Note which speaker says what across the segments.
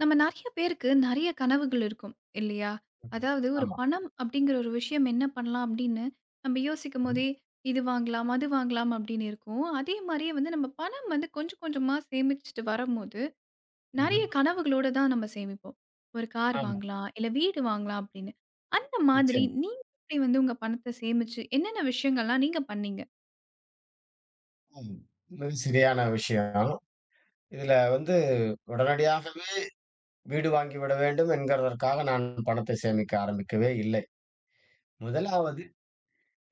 Speaker 1: நம்ம நெறைய பேருக்கு நெறைய கனவுகள் இருக்கும் இல்லையா? அதாவது ஒரு
Speaker 2: ஆமா.
Speaker 1: பணம் அப்படிங்கிற ஒரு விஷயம் என்ன பண்ணலாம் அப்படின்னு நம்ம
Speaker 2: ம்ஹ்ம்.
Speaker 1: யோசிக்கும்போதே, இது வாங்கலாம், அது வாங்கலாம் அப்படின்னு இருக்கும். அதே மாரியே வந்து நம்ம பணம் வந்து கொஞ்சம் கொஞ்சமா சேமிச்சுட்டு வரம்போது,
Speaker 2: ம்ஹ்ம்.
Speaker 1: நெறைய கனவுகளோட தான் நம்ம சேமிப்போம். ஒரு கார்
Speaker 2: ஆமா.
Speaker 1: வாங்கலாம், இல்ல வீடு வாங்கலாம் அப்படின்னு. அந்த மாதிரி
Speaker 2: நிச்சயமா.
Speaker 1: நீங்க எப்படி வந்து உங்க பணத்த சேமிச்சு என்னென்ன விஷயங்கள்லாம் நீங்க பண்ணீங்க?
Speaker 2: ம். மிக சரியான விஷயம். இதுல வந்து உடனடியாகவே வீடு வாங்கிவிட வேண்டும் என்கிறதற்காக நான் பணத்தை சேமிக்க ஆரம்பிக்கவே இல்லை. முதலாவது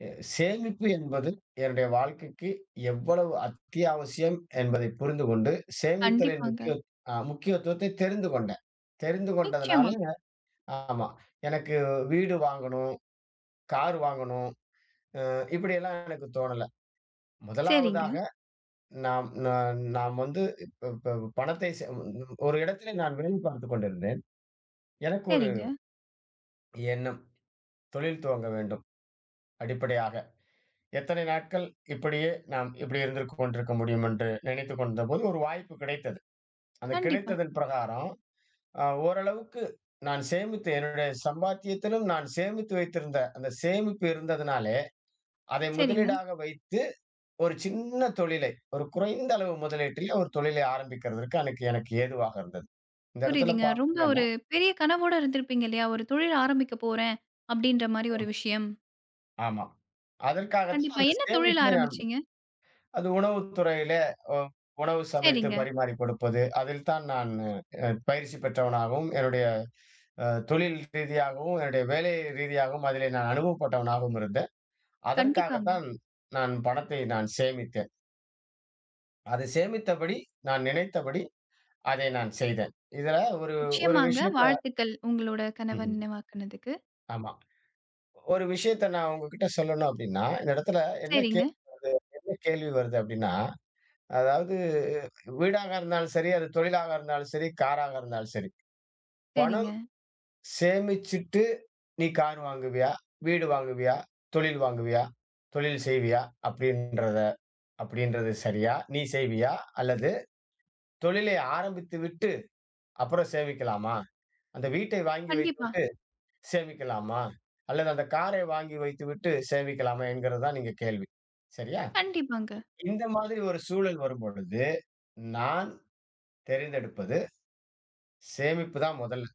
Speaker 2: அ சேமிப்பு என்பது என்னுடைய வாழ்க்கைக்கு எவ்வளவு அத்தியாவசியம் என்பதை புரிந்து கொண்டு, சேமித்தலின்
Speaker 1: கண்டிப்பாங்க.
Speaker 2: முக்கியத்துவத்தை தெரிந்து கொண்டேன். தெரிந்து கொண்டதுனால
Speaker 1: நிச்சயமா.
Speaker 2: ஆமா. எனக்கு வீடு வாங்கணும், கார் வாங்கணும், இப்படியெல்லாம் எனக்கு தோணல.
Speaker 1: சரிங்க,
Speaker 2: முதலாவதாக நாம் வந்து இப்ப இப்ப பணத்தை செ ஒரு இடத்திலே நான் வேலை பார்த்துக் கொண்டிருந்தேன். எனக்கு ஒரு
Speaker 1: சரிங்க.
Speaker 2: எண்ணம், தொழில் துவங்க வேண்டும் அடிப்படையாக. எத்தனை நாட்கள் இப்படியே நாம் இப்படி இருந்திருக் கொண்டிருக்க முடியும் என்று நினைத்துக் கொண்டபோது ஒரு வாய்ப்பு கிடைத்தது. அந்த
Speaker 1: கண்டிப்பா.
Speaker 2: கிடைத்ததன் பிரகாரம் ஓரளவுக்கு நான் சேமித்து என்னுடைய சம்பாத்தியத்திலும் நான் சேமித்து வைத்திருந்த அந்த சேமிப்பு இருந்ததுனாலே, அதை
Speaker 1: சரிங்க.
Speaker 2: முதலீடாக வைத்து ஒரு சின்ன தொழிலை, ஒரு குறைந்த அளவு முதலீட்டில் ஒரு தொழிலை ஆரம்பிக்கிறதற்கு எனக்கு எனக்கு ஏதுவாக இருந்தது. இந்த இடத்துல
Speaker 1: புரியுதுங்க. ரொம்ப
Speaker 2: பார்த்தீங்கன்னா
Speaker 1: ஒரு பெரிய கனவோட இருந்திருப்பீங்க இல்லையா? ஒரு தொழில் ஆரம்பிக்க போறேன் அப்படின்ற மாரி ஒரு
Speaker 2: ஆமா,
Speaker 1: விஷயம்.
Speaker 2: ஆமா. அதற்காகத்தான்
Speaker 1: கண்டிப்பா.
Speaker 2: அந்த
Speaker 1: என்ன தொழில்
Speaker 2: சேமிப்பை நான்.
Speaker 1: ஆரம்பிச்சீங்க?
Speaker 2: அது உணவுத்துறையிலே அ உணவு சமைத்து
Speaker 1: சரிங்க.
Speaker 2: பரிமாறிக் கொடுப்பது. அதில் தான் நான் பயிற்சி பெற்றவனாகவும், என்னுடைய அ தொழில் ரீதியாகவும், என்னுடைய வேலை ரீதியாகவும் அதிலே நான் அனுபவப்பட்டவனாகவும் இருந்தேன்.
Speaker 1: கண்டிப்பாங்க.
Speaker 2: அதற்காகத்தான் நான் பணத்தை சேமித்தேன். அதை சேமித்தபடி, நான் நினைத்தபடி அதை நான் செய்தேன். இதுல ஒரு ஒரு
Speaker 1: நிச்சயமாங்க.
Speaker 2: விஷயத்த
Speaker 1: வாழ்த்துக்கள் உங்களோட கனவ
Speaker 2: ம்ஹ்ம்.
Speaker 1: நினைவாக்குனதுக்கு.
Speaker 2: ஆமா. ஒரு விஷயத்த நான் உங்ககிட்ட சொல்லணும் அப்டின்னா, இந்த இடத்துல என்ன கே
Speaker 1: சரிங்க,
Speaker 2: என்ன கேள்வி வருது அப்டின்னா அதாவது வீடாக இருந்தாலும் சரி, அது தொழிலாக இருந்தாலும் சரி, காராக இருந்தாலும் சரி. பணம்
Speaker 1: சரிங்க.
Speaker 2: சேமிச்சுட்டு நீ கார் வாங்குவியா? வீடு வாங்குவியா? தொழில் வாங்குவியா? தொழில் செய்வியா? அப்படின்றத அப்படின்றது சரியா? நீ செய்வியா? அல்லது தொழிலை ஆரம்பித்து விட்டு அப்புறம் சேமிக்கலாமா? அந்த வீட்டை வாங்கி
Speaker 1: கண்டிப்பா,
Speaker 2: வைத்துவிட்டு சேமிக்கலாமா? அல்லது அந்த காரை வாங்கி வைத்துவிட்டு சேமிக்கலாமா? என்கிறது தான் நீங்க கேள்வி. சரியா?
Speaker 1: கண்டிப்பாங்க.
Speaker 2: இந்த மாதிரி ஒரு சூழல் வரும்பொழுது, நான் தேர்ந்தெடுப்பது சேமிப்பு தான் முதல்ல.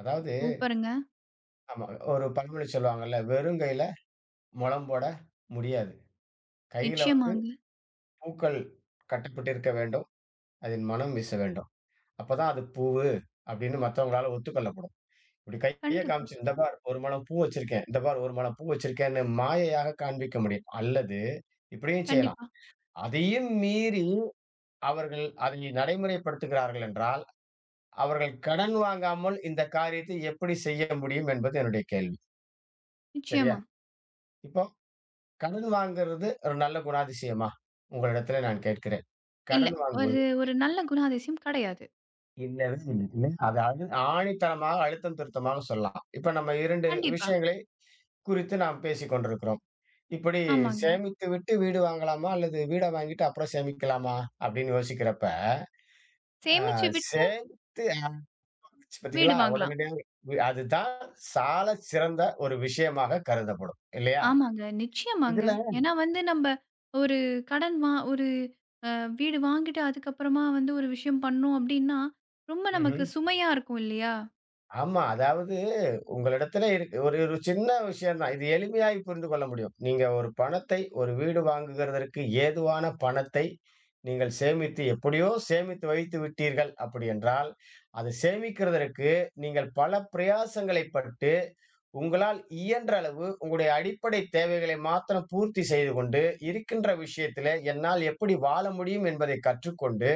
Speaker 2: அதாவது
Speaker 1: சூப்பருங்க.
Speaker 2: ஆமா ஒரு பழமொழி சொல்லுவாங்கல்ல, "வெறும் கையில முழம் போட முடியாது. கையில வந்து
Speaker 1: நிச்சயமாங்க.
Speaker 2: பூக்கள் கட்டப்பட்டிருக்க வேண்டும். அதில் மனம் வீச வேண்டும். அப்பதான் அது பூவு" அப்படின்னு மத்தவங்களால ஒத்துக்கொள்ளப்படும். இப்படி கைய
Speaker 1: கண்டிப்பா,
Speaker 2: காமிச்சு, "இந்த பார் ஒரு முழம் பூ வச்சிருக்கேன். இந்த பார் ஒரு முழம் பூ வச்சிருக்கேன்னு" மாயையாக காண்பிக்க முடியும். அல்லது இப்படியும் செய்யலாம்.
Speaker 1: கண்டிப்பா.
Speaker 2: அதையும் மீறி அவர்கள் அதை நடைமுறைப்படுத்துகிறார்கள் என்றால், அவர்கள் கடன் வாங்காமல் இந்த காரியத்தை எப்படி செய்ய முடியும் என்பது என்னுடைய கேள்வி. சரியா?
Speaker 1: நிச்சயமா.
Speaker 2: இப்போ கடன் வாங்குறது ஒரு நல்ல குணாதிசயமா? உங்களிடத்திலே நான் கேட்கிறேன்.
Speaker 1: இல்ல.
Speaker 2: கடன்
Speaker 1: ஒரு
Speaker 2: வாங்குவது
Speaker 1: ஒரு நல்ல குணாதிசயம் கிடையாது.
Speaker 2: இல்லவே இல்லை. இல்லை. அது அழு ஆணித்தனமாக அழுத்தம் திருத்தமாக சொல்லலாம். இப்ப நம்ம 2
Speaker 1: கண்டிப்பா.
Speaker 2: விஷயங்களை குறித்து நாம் பேசிக் கொண்டிருக்கிறோம். இப்படி
Speaker 1: ஆமாங்க.
Speaker 2: சேமித்து விட்டு வீடு வாங்கலாமா? அல்லது வீட வாங்கிட்டு அப்புறம் சேமிக்கலாமா? அப்படின்னு யோசிக்கிறப்ப, அ
Speaker 1: சேமிச்சு விட்டு
Speaker 2: சேமித்து
Speaker 1: வீடு
Speaker 2: பார்த்தீங்களா?
Speaker 1: வாங்கலாம்.
Speaker 2: உடனடியாக அதுதான் சாலச் சிறந்த ஒரு விஷயமாக கருதப்படும். இல்லையா?
Speaker 1: ஆமாங்க. நிச்சயமாங்க.
Speaker 2: இதுல
Speaker 1: ஏன்னா வந்து நம்ப ஒரு கடன் வா ஒரு அ வீடு வாங்கிட்டு அதுக்கப்புறமா வந்து ஒரு விஷயம் பண்ணோம் அப்டின்னா, ரொம்ப நமக்கு
Speaker 2: ம்ஹ்ம்.
Speaker 1: சுமையா இருக்கும் இல்லையா?
Speaker 2: ஆமா. அதாவது உங்களிடத்துல இருக்கு ஒரு ஒரு சின்ன விஷயம் தான். இது எளிமையாய் புரிந்து கொள்ள முடியும். நீங்க ஒரு வீடு வாங்குகிறதற்கு ஏதுவான பணத்தை நீங்கள் சேமித்து எப்படியோ சேமித்து வைத்து விட்டீர்கள் அப்படி என்றால், அதை சேமிக்கிறதற்கு நீங்கள் பல பிரயாசங்களை பட்டு, உங்களால் இயன்ற அளவு உங்களுடைய அடிப்படை தேவைகளை மாத்திரம் பூர்த்தி செய்து கொண்டு, இருக்கின்ற விஷயத்திலே என்னால் எப்படி வாழ முடியும் என்பதை கற்றுக்கொண்டு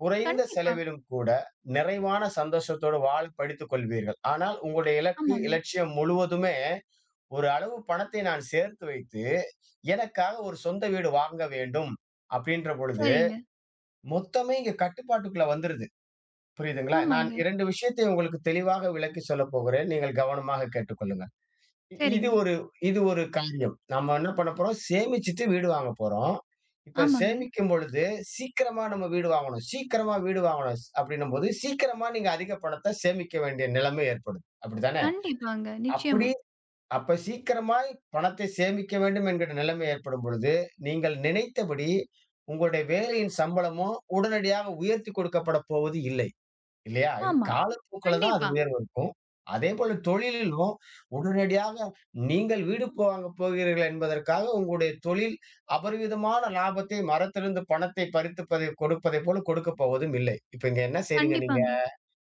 Speaker 2: குறைந்த
Speaker 1: கண்டிப்பா.
Speaker 2: செலவிலும் கூட நிறைவான சந்தோஷத்தோடு வாழ படித்துக் கொள்வீர்கள். ஆனால் உங்களுடைய இலக்கு,
Speaker 1: ஆமாங்க.
Speaker 2: இலட்சியம் முழுவதுமே ஒரு அளவு பணத்தை நான் சேர்த்து வைத்து, எனக்காக ஒரு சொந்த வீடு வாங்க வேண்டும் அப்படின்ற பொழுது,
Speaker 1: சரிங்க.
Speaker 2: மொத்தமே இங்க கட்டுப்பாட்டுக்குள்ள வந்துருது. புரியுதுங்களா? நான்
Speaker 1: ஆமாங்க.
Speaker 2: 2 விஷயத்தை உங்களுக்கு தெளிவாக விளக்கி சொல்லப் போகிறேன். நீங்கள் கவனமாக கேட்டுக்கொள்ளுங்கள். இது
Speaker 1: சரிங்க.
Speaker 2: ஒரு இது ஒரு காரியம். நம்ம என்ன பண்ண போறோம், சேமிச்சுட்டு வீடு வாங்க போறோம். இப்ப
Speaker 1: ஆமாங்க.
Speaker 2: சேமிக்கும் பொழுது சீக்கிரமா நம்ம வீடு வாங்கணும். சீக்கிரமா வீடு வாங்கணும் ஸ் அப்படின்னும்போது, சீக்கிரமா நீங்க அதிக பணத்த சேமிக்க வேண்டிய நிலைமை ஏற்படும். அப்படித்தானே?
Speaker 1: கண்டிப்பாங்க.
Speaker 2: அப்படி
Speaker 1: நிச்சயமா.
Speaker 2: அப்ப சீக்கிரமாய் பணத்தை சேமிக்க வேண்டும் என்கிற நிலைமை ஏற்படும் பொழுது, நீங்கள் நினைத்தபடி உங்களுடைய வேலையின் சம்பளமும் உடனடியாக உயர்த்தி கொடுக்கப்படப் போவது இல்லை. இல்லையா? இது
Speaker 1: ஆமா.
Speaker 2: காலப்போக்குல தான் அது
Speaker 1: கண்டிப்பா.
Speaker 2: உயர்வு இருக்கும். அதேபோல தொழிலிலும் உடனடியாக நீங்கள் வீடு போ வாங்கப் போகிறீர்கள் என்பதற்காக உங்களுடைய தொழில் அபரிவிதமான லாபத்தை மரத்திலிருந்து பணத்தை பறித்துப்பதை கொடுப்பதைப் போல கொடுக்கப் போவதும் இல்லை. இப்ப இங்க என்ன செய்றீங்க நீங்க?
Speaker 1: கண்டிப்பாங்க.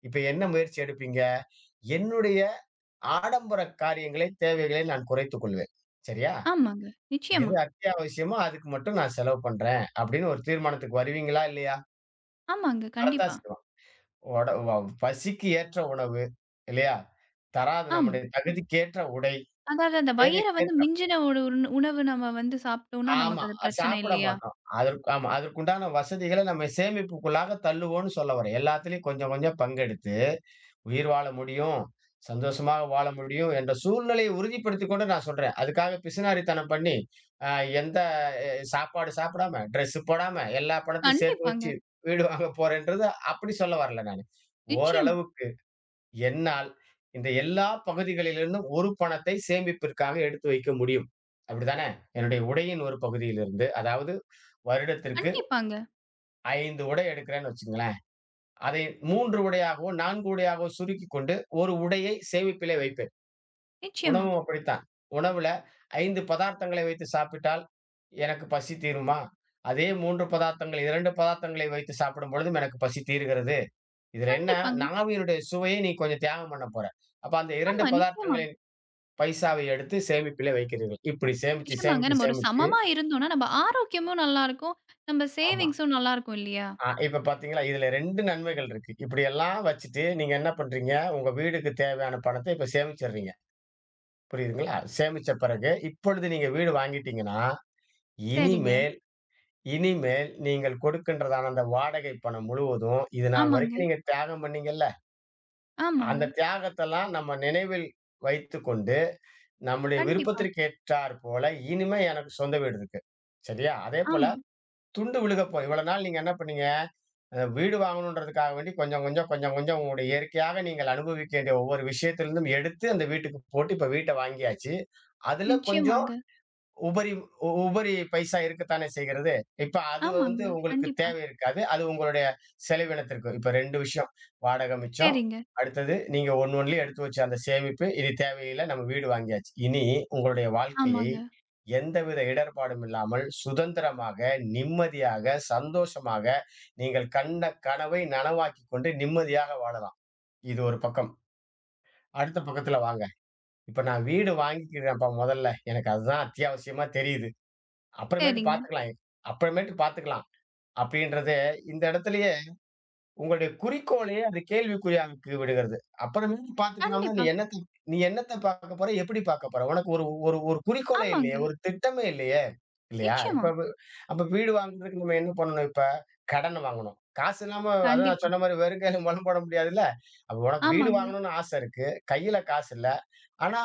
Speaker 2: இப்ப என்ன முயற்சி எடுப்பீங்க? என்னுடைய ஆடம்பர காரியங்களை, தேவைகளை நான் குறைத்துக் கொள்வேன். சரியா?
Speaker 1: ஆமாங்க. நிச்சயமா.
Speaker 2: எது அத்தியாவசியமோ அதுக்கு மட்டும் நான் செலவு பண்றேன் அப்படின்னு ஒரு தீர்மானத்துக்கு வருவீங்களா? இல்லையா?
Speaker 1: ஆமாங்க.
Speaker 2: வரத்தான்
Speaker 1: கண்டிப்பா.
Speaker 2: செய் ஒட வ பசிக்கு ஏற்ற உணவு இல்லையா? தராத
Speaker 1: ஆமா.
Speaker 2: நம்முடைய தகுதிக்கேற்ற உடை,
Speaker 1: அதாவது அந்த வயிற வந்து
Speaker 2: தேவைக்கேற்ற
Speaker 1: மிஞ்சின ஒரு உணவு நம்ம வந்து சாப்பிட்டோம்னா,
Speaker 2: ஆமா.
Speaker 1: நமக்கு அது
Speaker 2: அது
Speaker 1: பிரச்சனை
Speaker 2: சாப்பிட
Speaker 1: இல்லையா?
Speaker 2: மாட்டோம். அதற்கு ஆமா. அதற்குண்டான வசதிகள நம்ம சேமிப்புக்குள்ளாக தள்ளுவோம்ன்னு சொல்ல வரேன். எல்லாத்துலயும் கொஞ்சம் கொஞ்சம் பங்கெடுத்து, உயிர் வாழ முடியும், சந்தோஷமாக வாழ முடியும் என்ற சூழ்நிலையை உறுதிப்படுத்திக் கொண்டு நான் சொல்றேன். அதுக்காக பிசுனாரித்தனம் பண்ணி, அ எந்த எ சாப்பாடு சாப்பிடாம, ட்ரெஸ் போடாம, எல்லா பணத்தையும் சேர்த்து வச்சு
Speaker 1: கண்டிப்பாங்க.
Speaker 2: வீடு வாங்க போறேன்றது அப்படி சொல்ல வரல நானு.
Speaker 1: நிச்சயமா.
Speaker 2: ஓரளவுக்கு என்னால் இந்த எல்லா பகுதிகளிலிருந்தும் ஒரு பணத்தை சேமிப்பிற்காக எடுத்து வைக்க முடியும். அப்படித்தானே? என்னுடைய உடையின் ஒரு பகுதியிலிருந்து, அதாவது வருடத்திற்கு
Speaker 1: கண்டிப்பாங்க.
Speaker 2: 5 உடை எடுக்கிறேன்னு வச்சுக்கங்களேன். அதை 3 உடையாகவோ, 4 உடையாகவோ சுருக்கிக் கொண்டு, ஒரு உடையை சேமிப்பிலே வைப்பேன்.
Speaker 1: நிச்சயமா.
Speaker 2: உணவும் அப்படித்தான். உணவுல 5 பதார்த்தங்களை வைத்து சாப்பிட்டால் எனக்கு பசி தீருமா? அதே 3 பதார்த்தங்கள், 2 பதார்த்தங்களை வைத்து சாப்பிடும் பொழுதும் எனக்கு பசி தீருகிறது. இதுல என்ன?
Speaker 1: கண்டிப்பாங்க.
Speaker 2: நாவினுடைய சுவையை நீ கொஞ்சம் தியாகம் பண்ண போற. அப்ப அந்த 2
Speaker 1: ஆமா. நிச்சயமா,
Speaker 2: பதார்த்தங்களை பைசாவை எடுத்து சேமிப்பிலே வைக்கிறீர்கள். இப்படி சேமிச்சு,
Speaker 1: நிச்சயமாங்க.
Speaker 2: சேமிச்சு,
Speaker 1: நம்ம ஒரு
Speaker 2: சேமிச்சு
Speaker 1: சமமா இருந்தோம்னா, நம்ம ஆரோக்கியமும் நல்லாருக்கும். நம்ம
Speaker 2: ஆமா.
Speaker 1: சேவிங்ஸும் நல்லாருக்கும் இல்லையா?
Speaker 2: இப்ப பார்த்தீங்களா, இதுல 2 நன்மைகள் இருக்கு. இப்படியெல்லாம் வச்சுட்டு நீங்க என்ன பண்றீங்க, உங்க வீடுக்கு தேவையான பணத்த இப்ப சேமிச்சர்றீங்க. புரியுதுங்களா? சேமிச்ச பிறகு இப்பொழுது நீங்க வீடு வாங்கிட்டீங்கன்னா,
Speaker 1: சரிங்க.
Speaker 2: இனிமேல் இனிமேல் நீங்கள் கொடுக்கின்றதான அந்த வாடகை பணம் முழுவதும், இது நாள்
Speaker 1: ஆமாங்க,
Speaker 2: வரைக்கும் நீங்க தியாகம் பண்ணீங்கல்ல,
Speaker 1: ஆமாங்க.
Speaker 2: அந்த தியாகத்தெல்லாம் நம்ம நினைவில் வைத்துக்கொண்டு, நம்முடைய
Speaker 1: கண்டிப்பா.
Speaker 2: விருப்பத்திற்கு ஏற்றார் போல இனிமே எனக்கு சொந்த வீடு இருக்கு. சரியா? அதேபோல
Speaker 1: ஆமா.
Speaker 2: துண்டு விழுகப் போகுது. இவ்வளவு நாள் நீங்க என்ன பண்ணீங்க, வீடு வாங்கணுன்றதுக்காக வேண்டி கொஞ்சம் கொஞ்சம், கொஞ்சம் கொஞ்சம் உங்களுடைய இயற்கையாக நீங்கள் அனுபவிக்க வேண்டிய ஒவ்வொரு விஷயத்திலிருந்தும் எடுத்து அந்த வீட்டுக்கு போட்டு இப்ப வீட்ட வாங்கியாச்சு. அதுல கொஞ்சம்
Speaker 1: நிச்சயமாங்க.
Speaker 2: உபரி உபரி பைசா இருக்கத்தானே செய்கிறது. இப்ப அது
Speaker 1: ஆமாங்க.
Speaker 2: வந்து உங்களுக்கு
Speaker 1: கண்டிப்பா.
Speaker 2: தேவை இருக்காது. அது உங்களுடைய செலவினத்திற்கு. இப்ப 2 விஷயம். வாடகை மிச்சம்.
Speaker 1: சரிங்க.
Speaker 2: அடுத்தது நீங்க ஒண்ணுலயும் எடுத்து வச்ச அந்த சேமிப்பு. இது தேவையில்ல. நம்ம வீடு வாங்கியாச்சு. இனி உங்களுடைய வாழ்க்கையை
Speaker 1: ஆமாங்க.
Speaker 2: எந்தவித இடர்பாடும் இல்லாமல் சுதந்திரமாக, நிம்மதியாக, சந்தோஷமாக நீங்கள் கண்ட கனவை நனவாக்கிக் கொண்டு நிம்மதியாக வாழலாம். இது ஒரு பக்கம். அடுத்த பக்கத்துல வாங்க. இப்ப நான் வீடு வாங்கிக்கிறேன்ப்பா முதல்ல. எனக்கு அதுதான் அத்தியாவசியமா தெரியுது. அப்புறமேட்டு
Speaker 1: சரிங்க.
Speaker 2: பார்த்துக்கலாம். அப்புறமேட்டு பார்த்துக்கலாம். அப்படின்றது இந்த இடத்திலேயே உங்களுடைய குறிக்கோளையே அது கேள்விக்குறியாக்கி விடுகிறது. அப்புறமேட்டு பார்த்துக்கலாம்னா
Speaker 1: கண்டிப்பா.
Speaker 2: நீ என்னத்த பார்க்கப் போற? எப்படி பார்க்கப் போற? உனக்கு ஒரு ஒரு ஒரு குறிக்கோளே இல்லையே!
Speaker 1: ஆமாங்க.
Speaker 2: ஒரு திட்டமே இல்லையே! இல்லையா?
Speaker 1: நிச்சயமா.
Speaker 2: இப்ப வு அப்ப வீடு வாங்குறதுக்கு நம்ம என்ன பண்ணணும் இப்ப? கடன் வாங்கணும். காசு இல்லாம அதான் நான்
Speaker 1: கண்டிப்பா.
Speaker 2: சொன்ன மாரி வெறும் கையில முழம் போட முடியாதுல்ல. அப்ப உனக்கு வீடு
Speaker 1: ஆமாங்க.
Speaker 2: வாங்கணும்னு ஆசை இருக்கு. கையில காசு இல்ல. ஆனா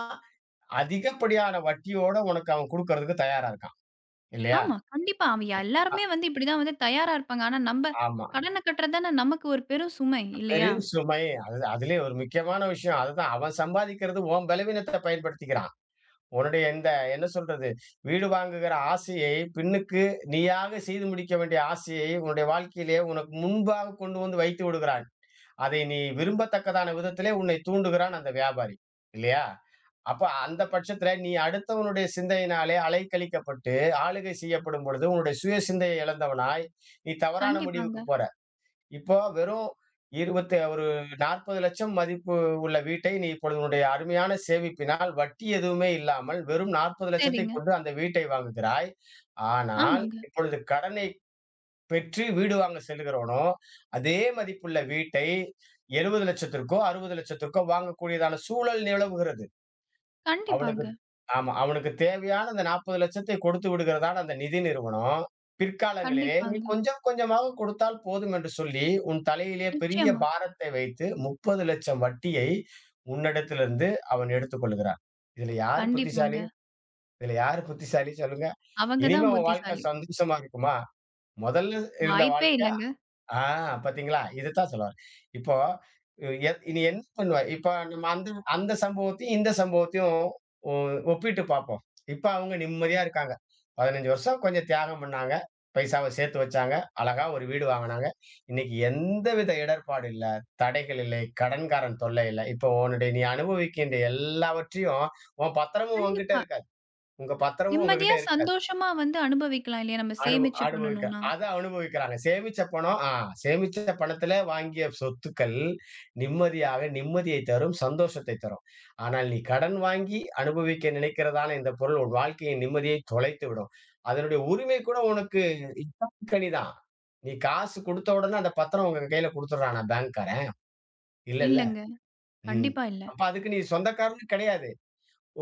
Speaker 2: அதிகப்படியான வட்டியோட உனக்கு அவன் குடுக்கறதுக்கு தயாரா இருக்கான். இல்லையா?
Speaker 1: ஆமா. கண்டிப்பா. அவ எல்லாருமே வந்து இப்படிதான் வந்து தயாரா இருப்பாங்க. ஆனா நம்ப
Speaker 2: ஆமா.
Speaker 1: கடன கட்டுறது தானே நமக்கு ஒரு பெரும் சுமை இல்லையா?
Speaker 2: பெரும் சுமை. அது அதிலே ஒரு முக்கியமான விஷயம். அதுதான் அவன் சம்பாதிக்கிறது உன் பலவீனத்த பயன்படுத்திக்கிறான். உன்னுடைய இந்த என்ன சொல்றது? வீடு வாங்குகிற ஆசையை பின்னுக்கு நீயாக செய்து முடிக்க வேண்டிய ஆசையை உன்னுடைய வாழ்க்கையிலே உனக்கு முன்பாக கொண்டு வந்து வைத்து விடுகிறான். அதை நீ விரும்பத்தக்கதான விதத்திலே உன்னை தூண்டுகிறான் அந்த வியாபாரி. இல்லையா? அப்ப அந்த பட்சத்தில நீ அடுத்தவனுடைய சிந்தையினாலே அலைக்கழிக்கப்பட்டு, ஆளுகை செய்யப்படும் பொழுது, உன்னுடைய சுய சிந்தையை இழந்தவனாய், நீ தவறான முடிவுக்கு
Speaker 1: கண்டிப்பாங்க.
Speaker 2: போற. இப்போ வெறும் 20 ஒரு 40,00,000 மதிப்பு உள்ள வீட்டை நீ இப்பொழுது உன்னுடைய அருமையான சேமிப்பினால் வட்டி எதுவுமே இல்லாமல் வெறும்
Speaker 1: சரிங்க.
Speaker 2: 40,00,000 கொண்டு அந்த வீட்டை வாங்குகிறாய். ஆனால்
Speaker 1: ஆமாங்க.
Speaker 2: இப்பொழுது கடனை பெற்று வீடு வாங்க செல்லுகிறவனோ, அதே மதிப்புள்ள வீட்டை 70,00,000க்கோ, 60,00,000க்கோ வாங்கக்கூடியதான சூழல் நிலவுகிறது. அவனுக்கு
Speaker 1: கண்டிப்பாங்க,
Speaker 2: ஆமா. அவனுக்கு தேவையான அந்த 40,00,000 கொடுத்து விடுகிறதான அந்த நிதி நிறுவனம், பிற்காலங்களிலே நீ
Speaker 1: கண்டிப்பாங்க.
Speaker 2: கொஞ்சம் கொஞ்சமாக கொடுத்தால் போதும் என்று சொல்லி, உன் தலையிலே பெரிய
Speaker 1: நிச்சயமா.
Speaker 2: பாரத்தை வைத்து 30,00,000 வட்டியை உன்னிடத்திலிருந்து அவன் எடுத்துக் கொள்கிறான். இதுல யார்
Speaker 1: கண்டிப்பாங்க.
Speaker 2: புத்திசாலி? இதுல யார் புத்திசாலி சொல்லுங்க?
Speaker 1: அவங்க
Speaker 2: இனிமே
Speaker 1: தான்
Speaker 2: உன் வாழ்க்கை
Speaker 1: புத்திசாலி.
Speaker 2: சந்தோஷமா இருக்குமா? முதல்ல இருந்த
Speaker 1: வாய்ப்பே
Speaker 2: வாழ்க்கை
Speaker 1: இல்லங்க.
Speaker 2: ஆ பாத்தீங்களா? இதுதான் சொல்ல வரேன். இப்போ இ- எ நீ என்ன பண்ணுவ? இப்ப நம்ம அந்த அந்த சம்பவத்தையும், இந்த சம்பவத்தையும் ஒ ஒப்பிட்டு பாப்போம். இப்ப அவங்க நிம்மதியா இருக்காங்க. 15 வருஷம் கொஞ்சம் தியாகம் பண்ணாங்க. பைசாவ சேர்த்து வச்சாங்க. அழகா ஒரு வீடு வாங்குனாங்க. இன்னைக்கு எந்தவித இடர்பாடு இல்ல. தடைகள் இல்லை. கடன்காரன் தொல்லை இல்ல. இப்போ உன்னுடைய நீ அனுபவிக்கின்ற எல்லாவற்றையும் உன் பத்திரமும் உன்கிட்ட
Speaker 1: கண்டிப்பா.
Speaker 2: இருக்காது. உங்க பத்திரமும் உங்ககிட்ட
Speaker 1: நிம்மதியா,
Speaker 2: இருக்காது.
Speaker 1: சந்தோஷமா வந்து அனுபவிக்கலாம் இல்லையா? நம்ம
Speaker 2: அனுப
Speaker 1: சேமிச்சு
Speaker 2: அனுபவிக்க
Speaker 1: பண்ணணும்னா.
Speaker 2: அனுபவிக்கிறாங்க. சேமிச்ச பணம் ஆ சேமிச்ச பணத்தில வாங்கிய சொத்துக்கள் நிம்மதியாக நிம்மதியை தரும், சந்தோஷத்தை தரும். ஆனால் நீ கடன் வாங்கி அனுபவிக்க நினைக்கிறதான இந்த பொருள் உன் வாழ்க்கையின் நிம்மதியை தொலைத்துவிடும். அதனுடைய உரிமை கூட உனக்கு கனி தான். நீ காசு குடுத்த உடனே அந்த பத்திரம் உங்க கையில குடுத்துடுறானா பேங்க்காரன்? இல்லல்ல.
Speaker 1: இல்லங்க.
Speaker 2: ம்.
Speaker 1: கண்டிப்பா இல்ல.
Speaker 2: அப்ப அதுக்கு நீ சொந்தக்காரன்னு கிடையாது.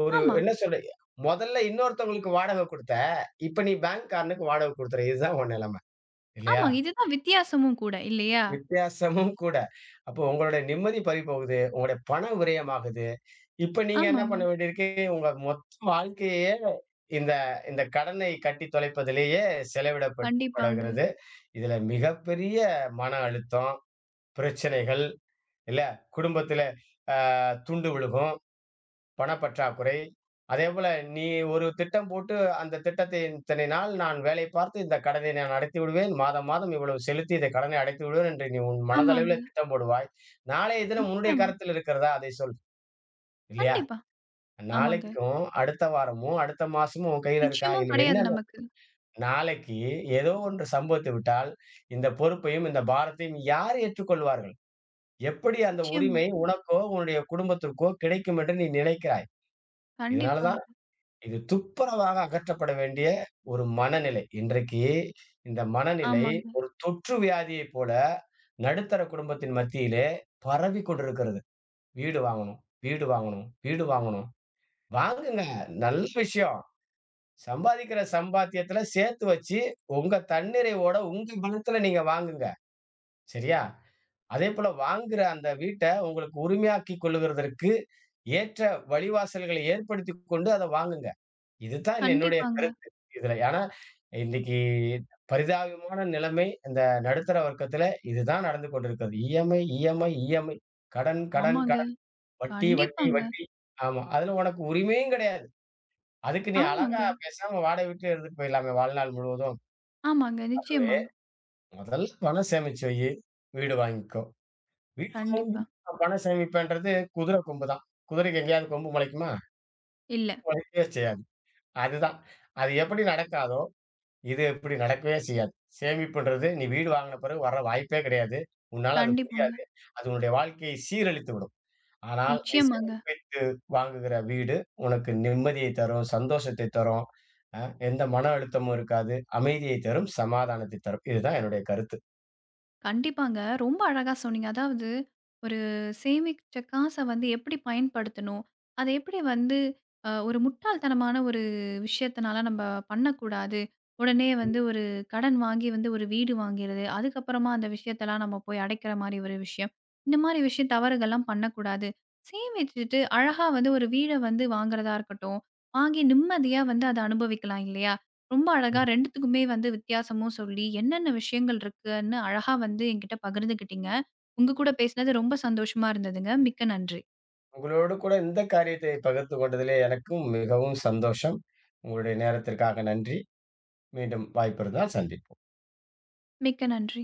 Speaker 2: ஒரு
Speaker 1: ஆமா,
Speaker 2: என்ன சொல்ற மொதல்ல இன்னொருத்தவங்களுக்கு வாடகை குடுத்த, இப்ப நீ பேங்க்காரனுக்கு வாடகை குடுத்துற. இதுதான் உன் நிலைமை. இல்லையா?
Speaker 1: ஆமா. இதுதான் வித்தியாசமும் கூட இல்லையா?
Speaker 2: வித்தியாசமும் கூட. அப்போ உங்களுடைய நிம்மதி பறிபோகுது. உங்களுடைய பணம் விரயமாகுது. இப்ப நீங்க என்ன பண்ண
Speaker 1: ஆமாங்க.
Speaker 2: வேண்டியிருக்கு, உங்க மொத்த வாழ்க்கையே இந்த இந்த கடனை கட்டி தொலைப்பதிலேயே
Speaker 1: கண்டிப்பாங்க.
Speaker 2: செலவிடப்படகிறது. இதுல மிகப்பெரிய மன அழுத்தம், பிரச்சனைகள் இல்ல, குடும்பத்தில அ துண்டு விழுகும். பணப்பற்றாக்குறை. அதேபோல நீ ஒரு திட்டம் போட்டு, அந்த திட்டத்தை இத்தனை நாள் நான் வேலை பார்த்து இந்த கடனை நான் அடைத்து விடுவேன். மாதம், மாதம் இவ்வளவு செலுத்தி இந்த கடனை அடைத்து விடுவேன் என்று நீ உன் மனதளவில
Speaker 1: ஆமாங்க.
Speaker 2: திட்டம் போடுவாய். நாளைய தினம் உன்னுடைய
Speaker 1: நிச்சயமா.
Speaker 2: கரத்தில் இருக்கிறதா? அதை சொல். இல்லையா?
Speaker 1: கண்டிப்பா. ஆமாங்க.
Speaker 2: நாளைக்கும், அடுத்த வாரமும், அடுத்த மாசமும் உன் கையில இருக்கா?
Speaker 1: நிச்சயமும்
Speaker 2: இல்ல.
Speaker 1: கிடையாது
Speaker 2: என்னது
Speaker 1: நமக்கு.
Speaker 2: நாளைக்கு ஏதோ ஒன்று சம்பவித்து விட்டால், இந்த பொறுப்பையும், இந்த பாரத்தையும் யார் ஏற்றுக்கொள்வார்கள்? எப்படி அந்த
Speaker 1: நிச்சயமா.
Speaker 2: உரிமை உனக்கோ, உன்னுடைய குடும்பத்திற்கோ கிடைக்கும் என்று நீ நினைக்கிறாய்? இதனால தான்
Speaker 1: கண்டிப்பாங்க.
Speaker 2: இது துப்புரவாக அகற்றப்பட வேண்டிய ஒரு மனநிலை. இன்றைக்கு இந்த மனநிலை
Speaker 1: ஆமாங்க.
Speaker 2: ஒரு தொற்று வியாதியைப் போல நடுத்தர குடும்பத்தின் மத்தியிலே பரவிக் கொண்டிருக்கிறது. வீடு வாங்கணும், வீடு வாங்கணும், வீடு வாங்கணும். வாங்குங்க. நல்ல விஷயம். சம்பாதிக்கிற சம்பாத்தியத்துல சேர்த்து வச்சு, உங்க தன்னிறைவோட உங்க பணத்துல நீங்க வாங்குங்க. சரியா? அதேபோல வாங்குற அந்த வீட்ட உங்களுக்கு உரிமையாக்கிக் கொள்ளுகிறதற்கு ஏற்ற வழிவாசல்களை ஏற்படுத்திக் கொண்டு அத வாங்குங்க. இதுதான் என்னுடைய
Speaker 1: கண்டிப்பாங்க.
Speaker 2: கருத்து. இதுல ஏன்னா, இன்னைக்கு பரிதாபமான நிலைமை இந்த நடுத்தர வர்க்கத்துல இதுதான் நடந்து கொண்டிருக்கிறது. இஎம்ஐ.
Speaker 1: ஆமாங்க.
Speaker 2: கடன்.
Speaker 1: கண்டிப்பாங்க.
Speaker 2: வட்டி. ஆமா. அதுல உனக்கு உரிமையும் கிடையாது. அதுக்கு நீ அழகா
Speaker 1: ஆமாங்க.
Speaker 2: பேசாம வாடகை வீட்லயே இருந்துட்டு போயிடலாமே வாழ்நாள் முழுவதும்.
Speaker 1: ஆமாங்க.
Speaker 2: ஆகவே,
Speaker 1: நிச்சயமா.
Speaker 2: முதல்ல பணம் சேமிச்சு வை. வீடு வாங்கிக்கோ. வீடு வாங்கி
Speaker 1: கண்டிப்பா.
Speaker 2: நான் பணம் சேமிப்பேன்றது குதிரை கொம்பு தான். குதிரைக்கு எங்கேயாவது கொம்பு முளைக்குமா?
Speaker 1: இல்ல.
Speaker 2: முளைக்கவே செய்யாது. அதுதான். அது எப்படி நடக்காதோ இது இப்படி நடக்கவே செய்யாது. சேமிப்புன்றது நீ வீடு வாங்குன பிறகு வர வாய்ப்பே கிடையாது. உன்னால அது
Speaker 1: கண்டிப்பாங்க.
Speaker 2: முடியாது. அது உன்னுடைய வாழ்க்கையை சீரழித்து விடும். ஆனால் நீ
Speaker 1: நிச்சயமாங்க.
Speaker 2: சேமித்து வைத்து வாங்குகிற வீடு உனக்கு நிம்மதியை தரும், சந்தோஷத்தை தரும். அ எந்த மன அழுத்தமும் இருக்காது. அமைதியை தரும், சமாதானத்தை தரும். இதுதான் என்னுடைய கருத்து.
Speaker 1: கண்டிப்பாங்க. ரொம்ப அழகா சொன்னீங்க. அதாவது ஒரு சேமிச்ச காச வந்து எப்படி பயன்படுத்தணும்? அத எப்படி வந்து ஒரு முட்டாள்தனமான ஒரு விஷயத்தினால நம்ப பண்ணக்கூடாது. உடனே வந்து ஒரு கடன் வாங்கி வந்து ஒரு வீடு வாங்கிறது. அதுக்கப்புறமா அந்த விஷயத்தலாம் நம்ம போய் அடைக்கிற மாரி ஒரு விஷயம். இந்த மாரி விஷயம் தவறுகள்லாம் பண்ணக்கூடாது. சேமிச்சுட்டு அழகா வந்து ஒரு வீட வந்து வாங்குறதா இருக்கட்டும். வாங்கி நிம்மதியா வந்து அத அனுபவிக்கலாம் இல்லையா? ரொம்ப
Speaker 2: ம்.
Speaker 1: அழகா 2த்துக்குமே வந்து வித்தியாசமும் சொல்லி, என்னென்ன விஷயங்கள் இருக்குன்னு அழகா வந்து என்கிட்ட பகிர்ந்துக்கிட்டீங்க. உங்க கூட பேசினது ரொம்ப சந்தோஷமா இருந்ததுங்க. மிக்க நன்றி.
Speaker 2: உங்களோடு கூட இந்த காரியத்தை பகிர்ந்து கொண்டதிலே எனக்கும் மிகவும் சந்தோஷம். உங்களுடைய நேரத்திற்காக நன்றி. மீண்டும் வாய்ப்பு இருந்தால் சந்திப்போம்.
Speaker 1: மிக்க நன்றி.